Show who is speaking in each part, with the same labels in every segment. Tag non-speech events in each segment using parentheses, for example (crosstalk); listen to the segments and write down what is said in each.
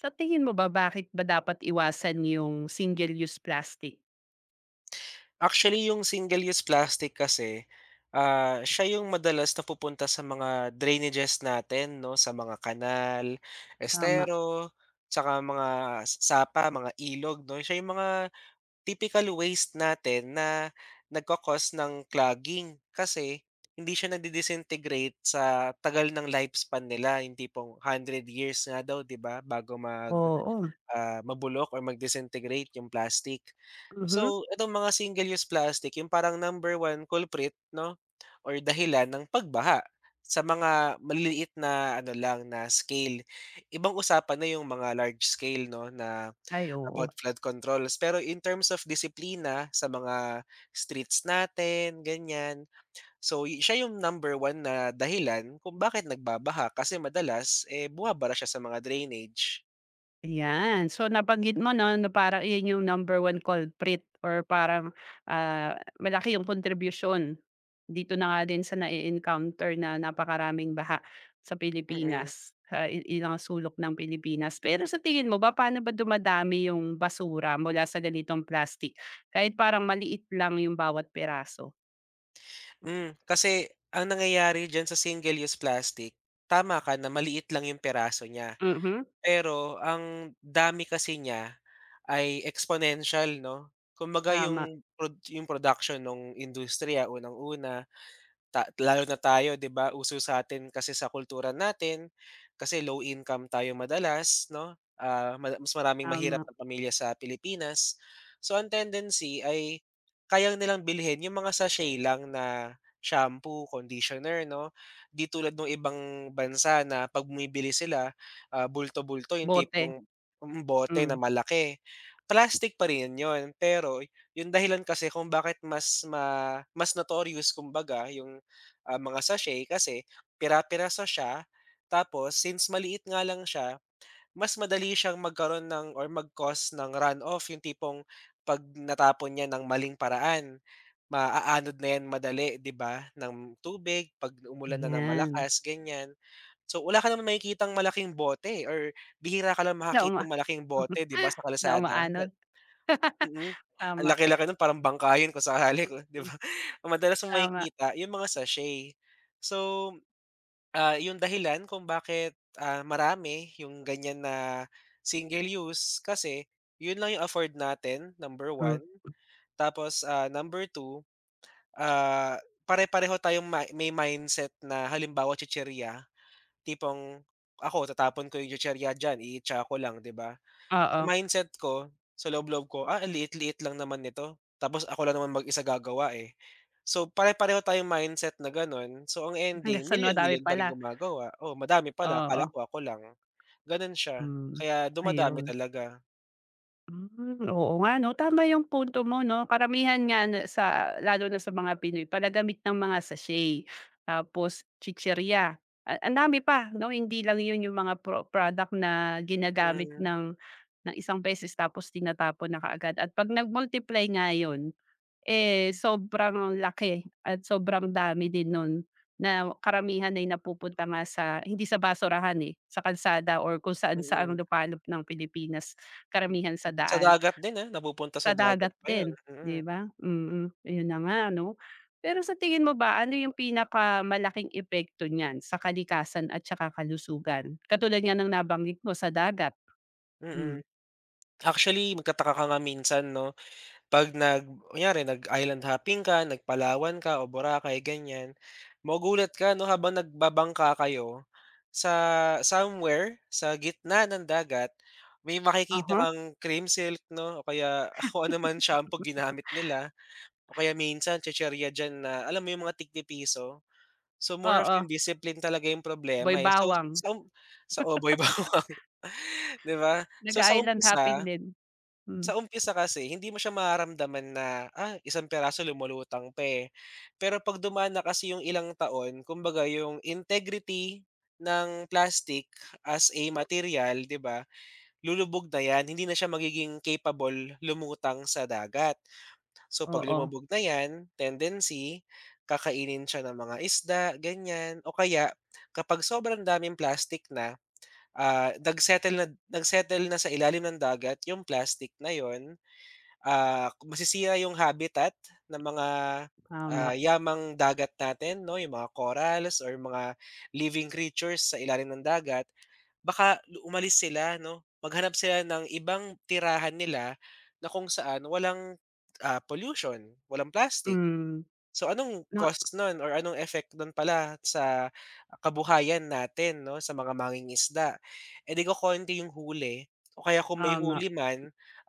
Speaker 1: Sa tingin mo ba bakit ba dapat iwasan yung single-use plastic?
Speaker 2: Actually, yung single-use plastic kasi, siya yung madalas napupunta sa mga drainages natin 'no, sa mga kanal,
Speaker 1: Tama.
Speaker 2: estero, tsaka mga sapa, mga ilog 'no. Siya yung mga typical waste natin na nagkakos ng clogging kasi hindi siya nadi-disintegrate sa tagal ng lifespan nila, yung tipong 100 years nga daw 'di ba, bago
Speaker 1: Oo.
Speaker 2: mabulok or mag-disintegrate yung plastic.
Speaker 1: Mhm.
Speaker 2: So, itong mga single-use plastic, yung parang number one culprit 'no, or dahilan ng pagbaha sa mga maliliit na ano lang, na scale. Ibang usapan na yung mga large scale 'no, na
Speaker 1: Ay, oo.
Speaker 2: about flood controls. Pero in terms of disiplina sa mga streets natin, ganyan. So, siya yung number one na dahilan kung bakit nagbabaha kasi madalas, eh, bumabara siya sa mga drainage.
Speaker 1: Ayan. So, nabanggit mo 'no, na parang iyon yung number one culprit or parang, malaki yung contribution dito na nga din sa na encounter na napakaraming baha sa
Speaker 2: Mm.
Speaker 1: Pilipinas, sa i ilang sulok ng Pilipinas. Pero sa tingin mo ba, paano ba dumadami yung basura mula sa ganitong plastic kahit parang maliit lang yung bawat peraso.
Speaker 2: Kasi ang nangyayari diyan sa single-use plastic, tama ka na maliit lang yung piraso niya, pero ang dami kasi niya ay exponential 'no. Kumbaga
Speaker 1: Tama,
Speaker 2: yung production ng industriya unang-una, Lalo na tayo 'di ba, uso sa'tin kasi sa kultura natin, kasi low income tayo madalas 'no, mas maraming mahirap
Speaker 1: tama.
Speaker 2: na pamilya sa Pilipinas. So, ang tendency ay kaya nilang bilhin yung mga sachet lang na shampoo, conditioner 'no. 'Di tulad ng ibang bansa na 'pag bumibili sila, bulto-bulto yung
Speaker 1: Bote,
Speaker 2: tipong bote
Speaker 1: hmm,
Speaker 2: na malaki. Plastic pa rin yun, pero yung dahilan kasi kung bakit mas mas notorious kumbaga yung mga sachet kasi pira-piraso siya tapos since maliit nga lang siya, mas madali siyang magkaroon ng or mag-cause ng runoff yung tipong 'pag natapon niya ng maling paraan, maaanod na 'yan madali 'di ba, ng tubig 'pag umulan na ng
Speaker 1: ayan.
Speaker 2: malakas ganyan. So, wala ka naman makikitang malaking bote or bihira ka lang
Speaker 1: Na uma
Speaker 2: makakita ng malaking bote 'di ba
Speaker 1: (laughs)
Speaker 2: sa
Speaker 1: na
Speaker 2: kalsada ma
Speaker 1: umaanod. (laughs)
Speaker 2: mm. Ang
Speaker 1: Tama,
Speaker 2: laki-laki nun parang bangkahin kung sakali kung 'di
Speaker 1: hmm,
Speaker 2: ba? (laughs) Madalas mong
Speaker 1: tama,
Speaker 2: makikita yung mga sachet. So, yung dahilan kung bakit, marami yung ganyan na single use kasi yun lang yung afford natin, number
Speaker 1: hmm,
Speaker 2: one. Tapos, number two ah, Pare-pareho tayong may mindset na halimbawa, chichirya, tipong ako tatapon ko yung chichirya diyan, iitsa ko lang, 'di ba? Sa
Speaker 1: oo.
Speaker 2: mindset ko, sa loob-loob ko, "Ah, ang liit-liit lang naman nito, tapos ako lang naman mag-isa gagawa, eh." So, pare-pareho tayong mindset na gano'n. So, ang ending
Speaker 1: Hanggang sa
Speaker 2: million
Speaker 1: madami
Speaker 2: million pa rin
Speaker 1: pala,
Speaker 2: gumagawa. "Oh, madami pala, akala
Speaker 1: oo,
Speaker 2: ko ako lang." Gano'n siya,
Speaker 1: hmm,
Speaker 2: kaya dumadami
Speaker 1: ayun.
Speaker 2: talaga.
Speaker 1: Hmm, oo nga 'no, tama yung punto mo 'no. Karamihan nga na sa lalo na sa mga Pinoy palagamit ng mga sachet, tapos chichirya, a ang dami pa 'no, hindi lang yun yung mga product na ginagamit
Speaker 2: Mm,
Speaker 1: ng isang beses tapos tinatapon na kaagad at 'pag nag-multiply nga yun, eh, sobrang laki at sobrang dami din nun na karamihan ay napupunta nga sa hindi sa basurahan, eh, sa kalsada or kung saan sa ang
Speaker 2: mm.
Speaker 1: lupalop ng Pilipinas,
Speaker 2: Mm.
Speaker 1: karamihan sa
Speaker 2: Sa
Speaker 1: daan,
Speaker 2: dagat din, napupunta
Speaker 1: sa
Speaker 2: sa dagat
Speaker 1: dagat
Speaker 2: pa 'yan.
Speaker 1: din,
Speaker 2: Mm,
Speaker 1: 'di ba? Mm, yun na nga 'no. Pero sa tingin mo ba ano yung pinakamalaking epekto niyan sa kalikasan at saka kalusugan? Katulad nga ng nabanggit mo sa dagat.
Speaker 2: mm.
Speaker 1: Hmm,
Speaker 2: Actually, magkataka ka nga minsan 'no? 'Pag nag Kunyari nag-island hopping ka, nagpalawan ka o Boracay ganyan, magugulat ka 'no habang nagbabangka kayo sa somewhere sa gitna ng dagat may makikita
Speaker 1: uh
Speaker 2: kang cream silk 'no o kaya (laughs) kung ano man shampoo ginamit nila o kaya minsan tsintseriya diyan na alam mo yung mga tigpipiso. So, more of yung
Speaker 1: oo.
Speaker 2: discipline talaga yung
Speaker 1: May
Speaker 2: problema, eh. So,
Speaker 1: bawang,
Speaker 2: sa oboy (laughs) boy bawang, 'di ba? So, sa
Speaker 1: nag-a-island hopping
Speaker 2: umpisa
Speaker 1: din. Hmm,
Speaker 2: sa umpisa kasi hindi mo siya mararamdaman na, isang piraso lumulutang pa, eh. Pero 'pag dumaan na kasi yung ilang taon, kumbaga yung integrity ng plastic as a material, 'di ba, lulubog na 'yan, hindi na siya magiging capable lumutang sa dagat. So 'pag
Speaker 1: oo,
Speaker 2: lumubog na 'yan, tendency, kakainin siya ng mga isda, ganyan. O kaya kapag sobrang daming plastic na, ah, nag na sa ilalim ng dagat yung plastic na 'yon, masisira yung habitat ng mga
Speaker 1: tama.
Speaker 2: yamang dagat natin 'no, yung mga corals or mga living creatures sa ilalim ng dagat, baka umalis sila 'no, maghanap sila ng ibang tirahan nila na kung saan walang, pollution, walang plastic.
Speaker 1: Hmm,
Speaker 2: So anong
Speaker 1: na
Speaker 2: cost nun or anong effect nun pala sa kabuhayan natin 'no, sa mga mangingisda? Eh, 'di kokonti yung huli o kaya kung may
Speaker 1: tama,
Speaker 2: huli man,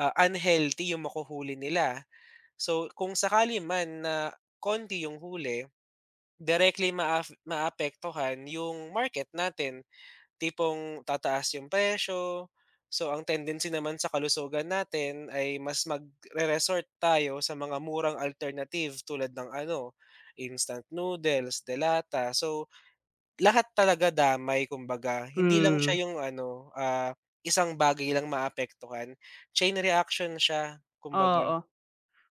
Speaker 2: unhealthy yung makuhuli nila. So kung sakali man na konti yung huli, directly maapektuhan yung market natin tipong tataas yung presyo. So, ang tendency naman sa kalusugan natin ay mas magre-resort tayo sa mga murang alternative tulad ng ano, instant noodles, delata. So, lahat talaga damay kumbaga. Hindi lang
Speaker 1: hmm,
Speaker 2: siya yung ano, isang bagay lang maapektuhan, chain reaction siya kumbaga.
Speaker 1: oo.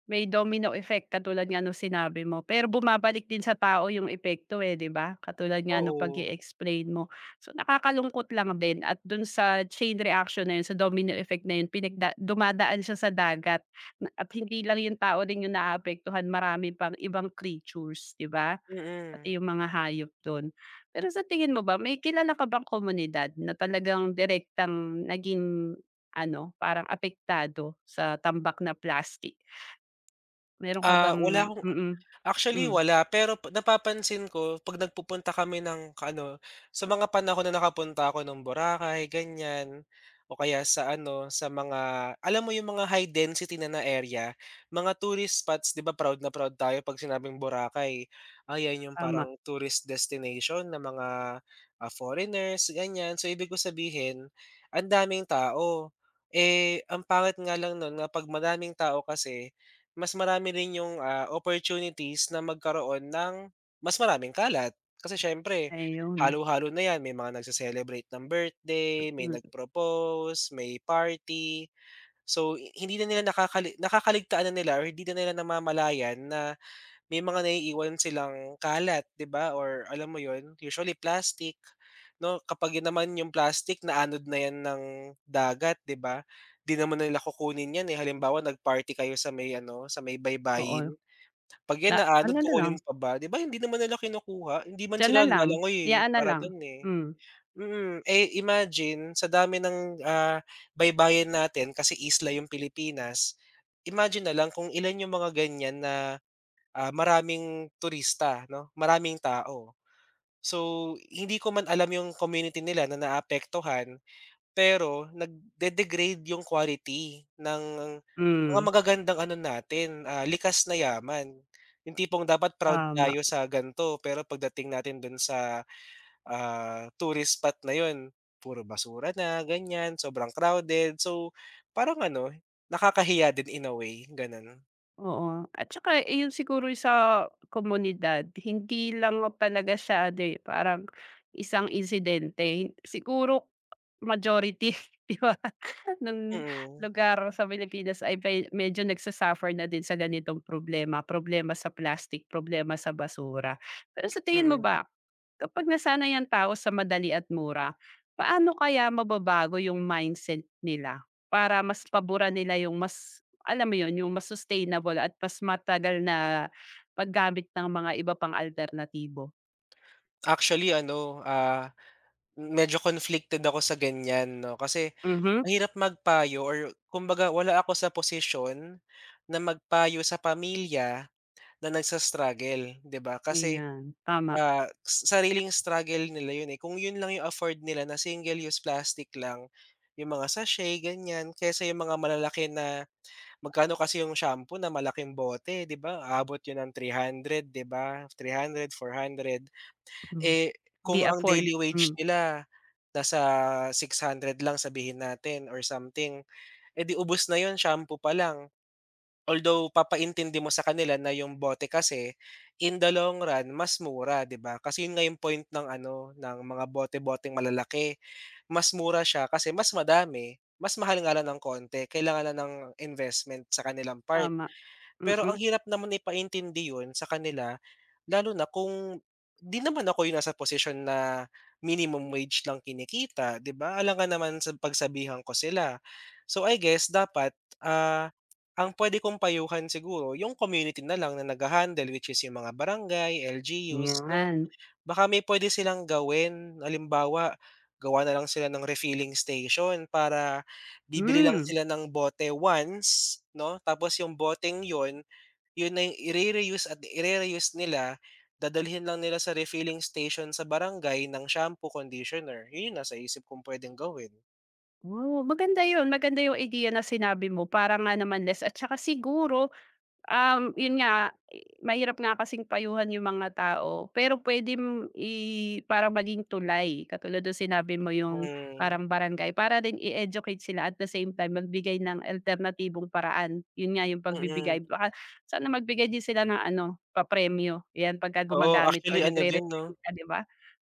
Speaker 1: May domino effect katulad nga nung sinabi mo, pero bumabalik din sa tao yung epekto, eh, 'di ba? Katulad nga nung pag
Speaker 2: Oo,
Speaker 1: explain mo. So, nakakalungkot lang din at dun sa chain reaction na yun, sa domino effect na yun pinagda dumadaan siya sa dagat na at hindi lang yung tao din yung naaapektuhan, marami pang ibang creatures, 'di ba?
Speaker 2: mm.
Speaker 1: Pati yung mga hayop don. Pero sa tingin mo ba may kilala ka bang komunidad na talagang direktang naging ano, parang apektado sa tambak na plastic? Meron ka
Speaker 2: Ah,
Speaker 1: bang
Speaker 2: wala akong
Speaker 1: mm.
Speaker 2: Actually
Speaker 1: Hmm,
Speaker 2: wala, pero pa napapansin ko 'pag nagpupunta kami ng ano, sa mga panahon na nakapunta ako ng Boracay ganyan, o kaya sa ano, sa mga alam mo yung mga high density na na area, mga tourist spots 'di ba proud na proud tayo 'pag sinabing Boracay. Ayan yung
Speaker 1: tama.
Speaker 2: parang tourist destination ng mga, foreigners ganyan. So ibig ko sabihin, ang daming tao. Eh, ang pangit nga lang nun na 'pag maraming tao kasi mas marami rin yung, opportunities na magkaroon ng mas maraming kalat. Kasi siyempre
Speaker 1: Ayun.
Speaker 2: halo-halo na 'yan, may mga nagse-celebrate ng birthday, may
Speaker 1: Mm,
Speaker 2: nag-propose, may party. So, hindi na nila nakakaligtaan na nila or hindi na nila namamalayan na may mga naiiwan silang kalat, 'di ba, or alam mo yon usually plastic, 'no? Kapag 'yun naman yung plastic na-anod na 'yan ng dagat, 'di ba? 'Di naman nila kukunin 'yan, eh. Halimbawa nag-party kayo sa may ano, sa may
Speaker 1: oo.
Speaker 2: baybayin, 'pag 'yan
Speaker 1: La
Speaker 2: naanod
Speaker 1: ano na lang,
Speaker 2: kukunin mo pa ba, 'di ba hindi naman nila kinukuha, hindi man
Speaker 1: diyan na
Speaker 2: sila
Speaker 1: lang,
Speaker 2: lalangoy, eh,
Speaker 1: hayaan na
Speaker 2: para
Speaker 1: lang.
Speaker 2: do'n, eh.
Speaker 1: Hmm,
Speaker 2: Eh, imagine sa dami ng, baybayin natin kasi isla yung Pilipinas, imagine na lang kung ilan yung mga ganiyan na maraming turista 'no, maraming tao. So, hindi ko man alam yung community nila na naapektuhan, pero nagde-degrade yung quality ng mga
Speaker 1: hmm,
Speaker 2: magagandang ano natin, likas na yaman. Yung tipong dapat proud
Speaker 1: tama,
Speaker 2: tayo sa gan'to, pero pagdating natin dun sa, tourist spot na yun, puro basura na ganyan, sobrang crowded. So, parang ano, nakakahiya din in a way, gano'n.
Speaker 1: oo. At saka iyon siguro sa komunidad hindi lang talaga siya ano, eh, parang isang insidente. Siguro majority, (laughs) 'di ba, ng
Speaker 2: Mm,
Speaker 1: lugar sa Pilipinas ay pe medyo nagsasuffer na din sa ganitong problema, problema sa plastic, problema sa basura. Pero sa tingin mo
Speaker 2: mm.
Speaker 1: ba, kapag nasanay ang tao sa madali at mura, paano kaya mababago yung mindset nila para mas paboran nila yung mas alam mo yun, yung mas sustainable at mas matagal na paggamit ng mga iba pang alternatibo?
Speaker 2: Actually ano, ah Medyo conflicted ako sa ganyan 'no, kasi
Speaker 1: Mhm,
Speaker 2: mahirap magpayo or kumbaga wala ako sa posisyon na magpayo sa pamilya na nagsa-struggle, 'di ba? Kasi,
Speaker 1: ayan, tama,
Speaker 2: sa sariling struggle nila 'yun, eh. Kung 'yun lang yung afford nila na single-use plastic lang, yung mga sachet ganyan, kaysa yung mga malalaki na magkano kasi yung shampoo na malaking bote, 'di ba? Abot 'yun ng 300, 'di ba? 300, 400,
Speaker 1: hmm,
Speaker 2: eh,
Speaker 1: hindi
Speaker 2: kung ang
Speaker 1: afford,
Speaker 2: daily wage
Speaker 1: hmm.
Speaker 2: nila nasa 600 lang sabihin natin or something, eh, di ubos na yun shampoo pa lang. Although papaintindi mo sa kanila na yung bote kasi in the long run mas mura, 'di ba? Kasi yun nga yung point ng ano, ng mga bote-boteng malalaki. Mas mura siya kasi mas madami, mas mahal nga lang ng konti, kailangan lang ng investment sa kanilang part.
Speaker 1: Tama,
Speaker 2: Pero ang
Speaker 1: mm,
Speaker 2: hirap naman ipaintindi 'yun sa kanila, lalo na kung 'di naman ako yung nasa posisyon na minimum wage lang kinikita, 'di ba? Alangan naman sa pagsabihan ko sila. So, I guess dapat, ah, ang pwede kong payuhan siguro yung community na lang na nagha-handle which is yung mga barangay, LGUs 'no.
Speaker 1: 'yan,
Speaker 2: Baka may puwede silang gawin, halimbawa, gawa na lang sila ng refilling station para bibili lang
Speaker 1: hmm,
Speaker 2: sila ng bote once 'no, tapos yung boteng yon yun na yung ire-reuse at ire-reuse nila, dadalhin lang nila sa refilling station sa barangay ng shampoo, conditioner. Yun yung nasa isip kong puwedeng gawin.
Speaker 1: oo maganda 'yun, maganda 'yung ideya na sinabi mo para nga naman less at saka siguro yun nga, eh, mahirap nga kasing payuhan yung mga tao, pero puwedeng i parang maging tulay, katulad nung sinabi mo yung
Speaker 2: Hmm,
Speaker 1: parang barangay, para rin i-educate sila at the same time magbigay ng alternatibong paraan. Yun nga yung
Speaker 2: mm.
Speaker 1: pagbibigay, baka sana magbigay din sila ng ano, papremyo, 'yan pagka
Speaker 2: Oo,
Speaker 1: gumagamit or
Speaker 2: actually ano din 'no,
Speaker 1: nagre-recycle ka, 'di ba?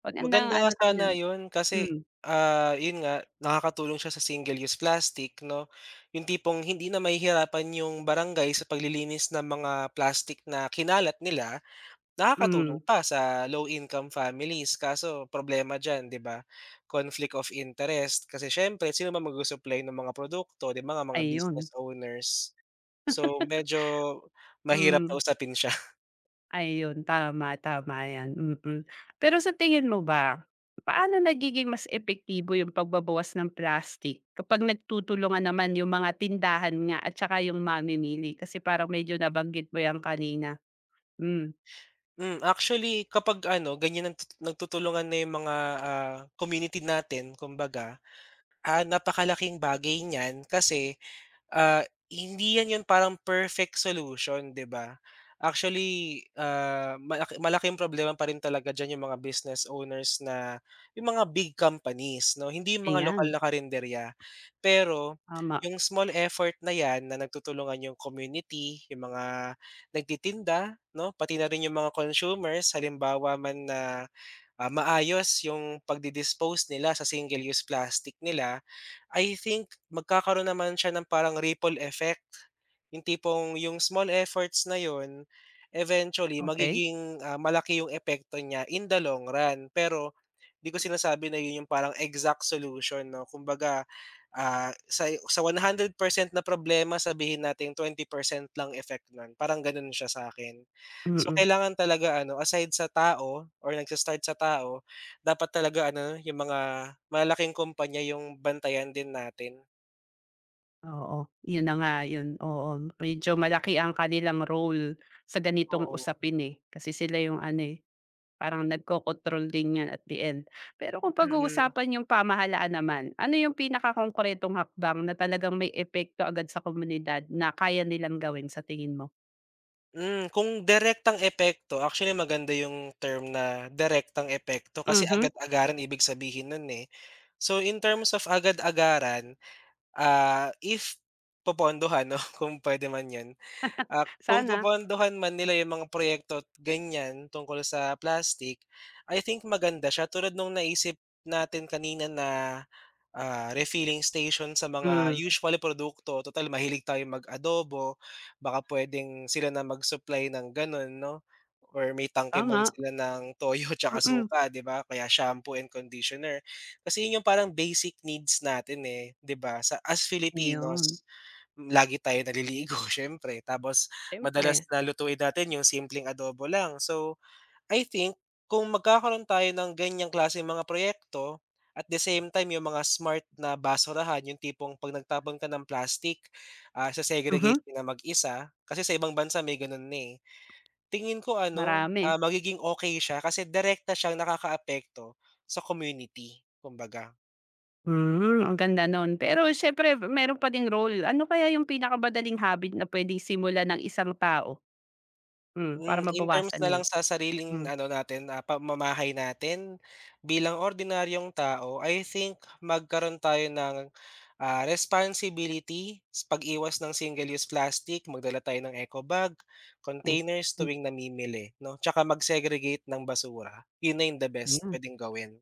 Speaker 1: Magandang
Speaker 2: maganda
Speaker 1: ano
Speaker 2: nga
Speaker 1: din
Speaker 2: sana
Speaker 1: yun.
Speaker 2: yun kasi,
Speaker 1: Hmm,
Speaker 2: yun nga nakakatulong siya sa single-use plastic 'no, yung tipong hindi na mahihirapan yung barangay sa paglilinis ng mga plastic na kinalat nila. Nakakatulong
Speaker 1: hmm,
Speaker 2: pa sa low income families kaso problema diyan 'di ba, conflict of interest kasi siyempre sino ba magsusupply ng mga produkto 'di ba nga mga
Speaker 1: ayun.
Speaker 2: business owners. So medyo mahirap
Speaker 1: Hmm.
Speaker 2: kausapin siya. (laughs)
Speaker 1: Ayun, tama, tama 'yan, mm. Pero sa tingin mo ba, paano nagiging mas epektibo yung pagbabawas ng plastic kapag nagtutulungan naman yung mga tindahan nga at saka yung mamimili? Kasi parang medyo nabanggit mo 'yan kanina. Hmm,
Speaker 2: Actually kapag ano ganyan nagtutulungan na yung mga, community natin kumbaga, napakalaking bagay niyan kasi. Ah, Hindi yan yung parang perfect solution, 'di ba? Actually, malaki malaking problema pa rin talaga diyan yung mga business owners na yung mga big companies 'no, hindi yung mga lokal
Speaker 1: ayan,
Speaker 2: na karinderya. Pero
Speaker 1: tama,
Speaker 2: yung small effort na yan na nagtutulungan yung community, yung mga nagtitinda 'no, pati na rin yung mga consumers halimbawa man na, maayos yung pagdi-dispose nila sa single-use plastic nila, I think magkakaroon naman siya ng parang ripple effect yung tipong yung small efforts na yun, eventually
Speaker 1: okey,
Speaker 2: magiging, malaki yung epekto niya in the long run. Pero di ko sinasabi na yun yung parang exact solution 'no. Kumbaga, sa 100% na problema sabihin nating 20% lang effect nun, parang ganun siya sa akin. So,
Speaker 1: mm,
Speaker 2: kailangan talaga ano, aside sa tao or nagsa-start sa tao, dapat talaga ano, yung mga malaking kumpanya yung bantayan din natin.
Speaker 1: oo. Yun na nga yun, oo. Medyo malaki ang kanilang role sa ganitong
Speaker 2: Oo.
Speaker 1: usapin, eh, kasi sila yung ano, eh. Parang nag-control din yan at the end. Pero kung
Speaker 2: Mm.
Speaker 1: pag-uusapan yung pamahalaan naman, ano yung pinakakongkretong hakbang na talagang may epekto agad sa komunidad na kaya nilang gawin sa tingin mo?
Speaker 2: Kung direktang epekto, actually maganda yung term na direktang epekto kasi
Speaker 1: Mhm,
Speaker 2: agad-agaran ibig sabihin nun, eh. So, in terms of agad-agaran, if popondohan 'no, (laughs) kung puwede man yun, kung
Speaker 1: sana.
Speaker 2: popondohan man nila yung mga proyekto't ganyan tungkol sa plastic, I think maganda siya tulad nung naisip natin kanina na refilling station sa mga
Speaker 1: Hmm,
Speaker 2: usual produkto, total mahilig tayo mag-adobo, baka puwedeng sila na mag-supply ng gano'n 'no, or may tangke man
Speaker 1: tama,
Speaker 2: sila ng toyo (laughs) tsaka
Speaker 1: mm.
Speaker 2: suka 'di ba, kaya shampoo and conditioner. Kasi 'yun yung parang basic needs natin, eh, 'di ba, sa as
Speaker 1: Iyon,
Speaker 2: Filipinos, lagi tayo naliligo (laughs) siyempre, tapos madalas
Speaker 1: siyempre.
Speaker 2: na lutuin natin yung simpleng adobo lang so I think kung magkakaroon tayo ng ganyang klaseng mga proyekto, at the same time yung mga smart na basurahan, yung tipong 'pag nagtapon ka ng plastic,
Speaker 1: Mhm,
Speaker 2: ise-segregate niyo na mag-isa, kasi sa ibang bansa may gano'n na, eh. Tingin ko ano,
Speaker 1: marami.
Speaker 2: magiging okay siya kasi direkta siyang nakakaapekto sa community, kumbaga.
Speaker 1: Hmm, ang ganda nun. Pero siyempre meron pa ding role. Ano kaya yung pinakamadaling habit na puwedeng simulan ng isang tao, hmm, para
Speaker 2: In terms
Speaker 1: mabawasan
Speaker 2: na
Speaker 1: yan?
Speaker 2: lang sa sariling
Speaker 1: Hmm,
Speaker 2: ano natin, pamamahay natin bilang ordinaryong tao, I think magkaroon tayo ng, responsibility sa pag-iwas ng single-use plastic, magdala tayo ng eco bag,
Speaker 1: hmm,
Speaker 2: containers
Speaker 1: hmm,
Speaker 2: tuwing namimili 'no, 'tsaka mag-segregate ng basura. Yun na yung the best
Speaker 1: hmm.
Speaker 2: pwedeng gawin.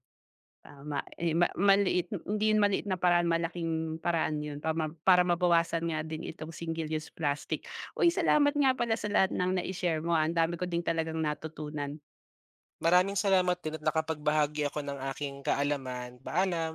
Speaker 1: Tama, eh, ma maliit hindi yun maliit na paraan, malaking paraan yun para ma para mabawasan nga din itong single-use plastic. Uy, salamat nga pala sa lahat ng na share mo, ang dami ko ding talagang natutunan.
Speaker 2: Maraming salamat din at nakapagbahagi ako ng aking kaalaman. Paalam.